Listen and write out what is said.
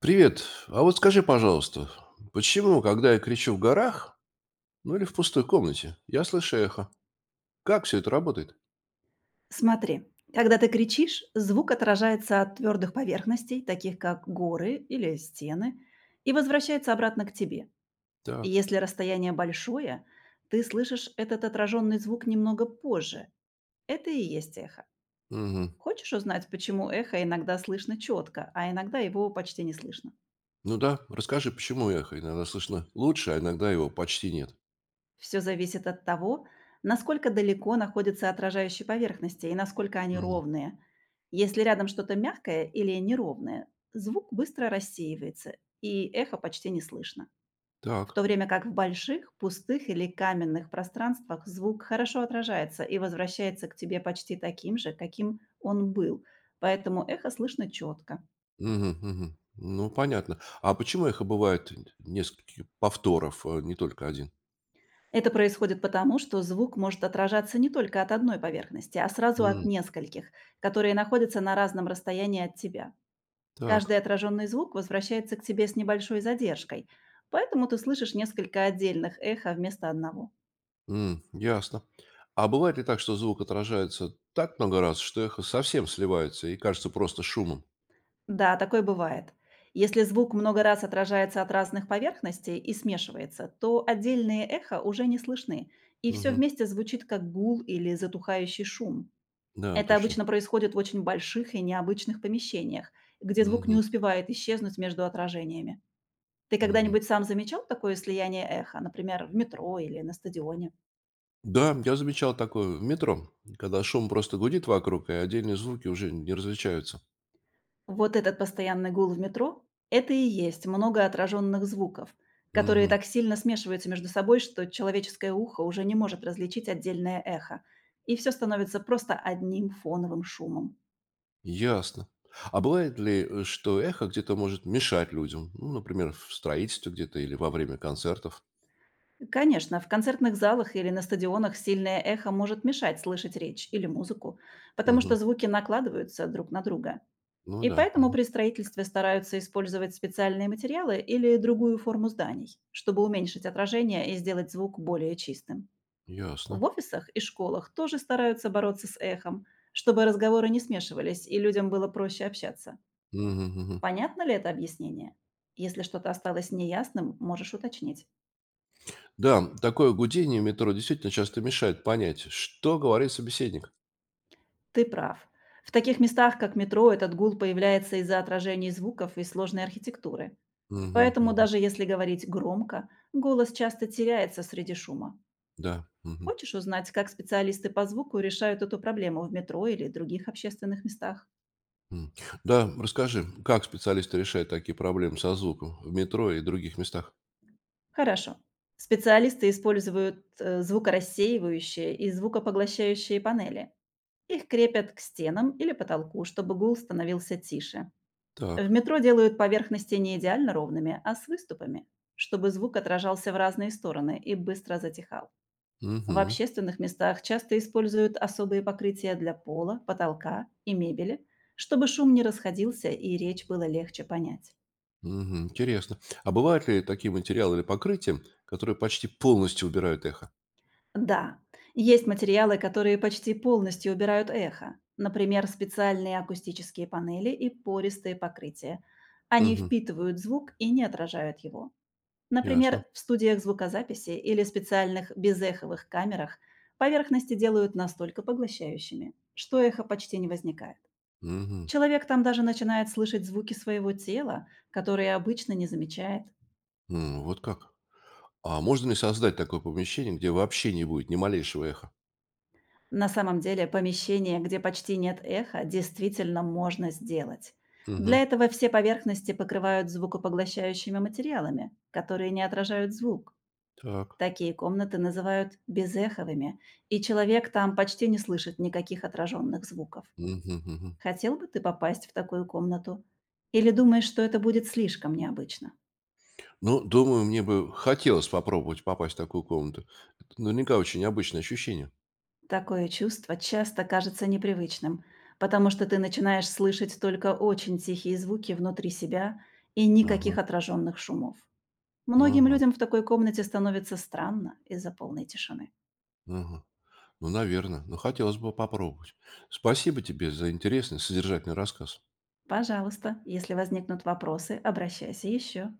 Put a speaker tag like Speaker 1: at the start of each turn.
Speaker 1: Привет. А вот скажи, пожалуйста, почему, когда я кричу в горах, ну или в пустой комнате, я слышу эхо? Как все это работает?
Speaker 2: Смотри, когда ты кричишь, звук отражается от твердых поверхностей, таких как горы или стены, и возвращается обратно к тебе. И
Speaker 1: Так.
Speaker 2: Если расстояние большое, ты слышишь этот отраженный звук немного позже. Это и есть эхо.
Speaker 1: Мгм.
Speaker 2: Хочешь узнать, почему эхо иногда слышно четко, а иногда его почти не слышно?
Speaker 1: Ну да, расскажи, почему эхо иногда слышно лучше, а иногда его почти нет.
Speaker 2: Все зависит от того, насколько далеко находятся отражающие поверхности и насколько они
Speaker 1: Мгм.
Speaker 2: ровные. Если рядом что-то мягкое или неровное, звук быстро рассеивается, и эхо почти не слышно. В
Speaker 1: Так.
Speaker 2: то время как в больших, пустых или каменных пространствах звук хорошо отражается и возвращается к тебе почти таким же, каким он был, поэтому эхо слышно четко.
Speaker 1: Мгм, мгм. Ну, понятно. А почему эхо бывает несколько повторов, а не только один?
Speaker 2: Это происходит потому, что звук может отражаться не только от одной поверхности, а сразу от
Speaker 1: М.
Speaker 2: нескольких, которые находятся на разном расстоянии от тебя.
Speaker 1: Так.
Speaker 2: Каждый отраженный звук возвращается к тебе с небольшой задержкой, поэтому ты слышишь несколько отдельных эхо вместо одного.
Speaker 1: М, ясно. А бывает ли так, что звук отражается так много раз, что эхо совсем сливается и кажется просто шумом?
Speaker 2: Да, такое бывает. Если звук много раз отражается от разных поверхностей и смешивается, то отдельные эхо уже не слышны, и все
Speaker 1: Мгм.
Speaker 2: вместе звучит как гул или затухающий шум.
Speaker 1: Да,
Speaker 2: Это
Speaker 1: точно.
Speaker 2: обычно происходит в очень больших и необычных помещениях, где звук не
Speaker 1: Мгм,
Speaker 2: успевает исчезнуть между отражениями. Ты
Speaker 1: мгм.
Speaker 2: когда-нибудь сам замечал такое слияние эха, например, в метро или на стадионе?
Speaker 1: Да, я замечал такое в метро, когда шум просто гудит вокруг, и отдельные звуки уже не различаются.
Speaker 2: Вот этот постоянный гул в метро – это и есть много отраженных звуков, которые
Speaker 1: Мгм.
Speaker 2: так сильно смешиваются между собой, что человеческое ухо уже не может различить отдельное эхо, и все становится просто одним фоновым шумом.
Speaker 1: Ясно. А бывает ли, что эхо где-то может мешать людям? Ну, например, в строительстве где-то или во время концертов?
Speaker 2: Конечно, в концертных залах или на стадионах сильное эхо может мешать слышать речь или музыку, потому что
Speaker 1: Мгм.
Speaker 2: звуки накладываются друг на друга.
Speaker 1: Ну
Speaker 2: И
Speaker 1: да,
Speaker 2: поэтому
Speaker 1: мгм.
Speaker 2: при строительстве стараются использовать специальные материалы или другую форму зданий, чтобы уменьшить отражение и сделать звук более чистым. В
Speaker 1: Ясно.
Speaker 2: офисах и школах тоже стараются бороться с эхом, чтобы разговоры не смешивались и людям было проще общаться.
Speaker 1: Мгм, мгм.
Speaker 2: Понятно ли это объяснение? Если что-то осталось неясным, можешь уточнить.
Speaker 1: Да, такое гудение в метро действительно часто мешает понять, что говорит собеседник.
Speaker 2: Ты прав. В таких местах, как метро, этот гул появляется из-за отражений звуков и сложной архитектуры.
Speaker 1: Мгм,
Speaker 2: Поэтому
Speaker 1: мгм.
Speaker 2: даже если говорить громко, голос часто теряется среди шума.
Speaker 1: Да. Мгм.
Speaker 2: Хочешь узнать, как специалисты по звуку решают эту проблему в метро или других общественных местах?
Speaker 1: М. Да, расскажи, как специалисты решают такие проблемы со звуком в метро и других местах?
Speaker 2: Хорошо. Специалисты используют звукорассеивающие и звукопоглощающие панели. Их крепят к стенам или потолку, чтобы гул становился тише.
Speaker 1: Так.
Speaker 2: В метро делают поверхности не идеально ровными, а с выступами, чтобы звук отражался в разные стороны и быстро затихал. В
Speaker 1: Мгм.
Speaker 2: общественных местах часто используют особые покрытия для пола, потолка и мебели, чтобы шум не расходился и речь было легче понять.
Speaker 1: Мгм, интересно. А бывают ли такие материалы или покрытия, которые почти полностью убирают эхо?
Speaker 2: Да, есть материалы, которые почти полностью убирают эхо. Например, специальные акустические панели и пористые покрытия. Они
Speaker 1: Мгм.
Speaker 2: впитывают звук и не отражают его.
Speaker 1: Ясно.
Speaker 2: Например, в студиях звукозаписи или специальных безэховых камерах поверхности делают настолько поглощающими, что эхо почти не возникает.
Speaker 1: Мгм.
Speaker 2: Человек там даже начинает слышать звуки своего тела, которые обычно не замечает.
Speaker 1: М, вот как. А можно ли создать такое помещение, где вообще не будет ни малейшего эха?
Speaker 2: На самом деле помещение, где почти нет эха, действительно можно сделать. Для
Speaker 1: Мгм.
Speaker 2: этого все поверхности покрывают звукопоглощающими материалами, которые не отражают звук.
Speaker 1: Так.
Speaker 2: Такие комнаты называют безэховыми, и человек там почти не слышит никаких отраженных звуков.
Speaker 1: Мгм, мгм.
Speaker 2: Хотел бы ты попасть в такую комнату? Или думаешь, что это будет слишком необычно?
Speaker 1: Ну, думаю, мне бы хотелось попробовать попасть в такую комнату. Это наверняка очень необычное ощущение.
Speaker 2: Такое чувство часто кажется непривычным, потому что ты начинаешь слышать только очень тихие звуки внутри себя и никаких
Speaker 1: Ага,
Speaker 2: отраженных шумов. Многим
Speaker 1: ага,
Speaker 2: людям в такой комнате становится странно из-за полной тишины.
Speaker 1: ага. Ну, наверное. Но хотелось бы попробовать. Спасибо тебе за интересный, содержательный рассказ.
Speaker 2: Пожалуйста, если возникнут вопросы, обращайся еще.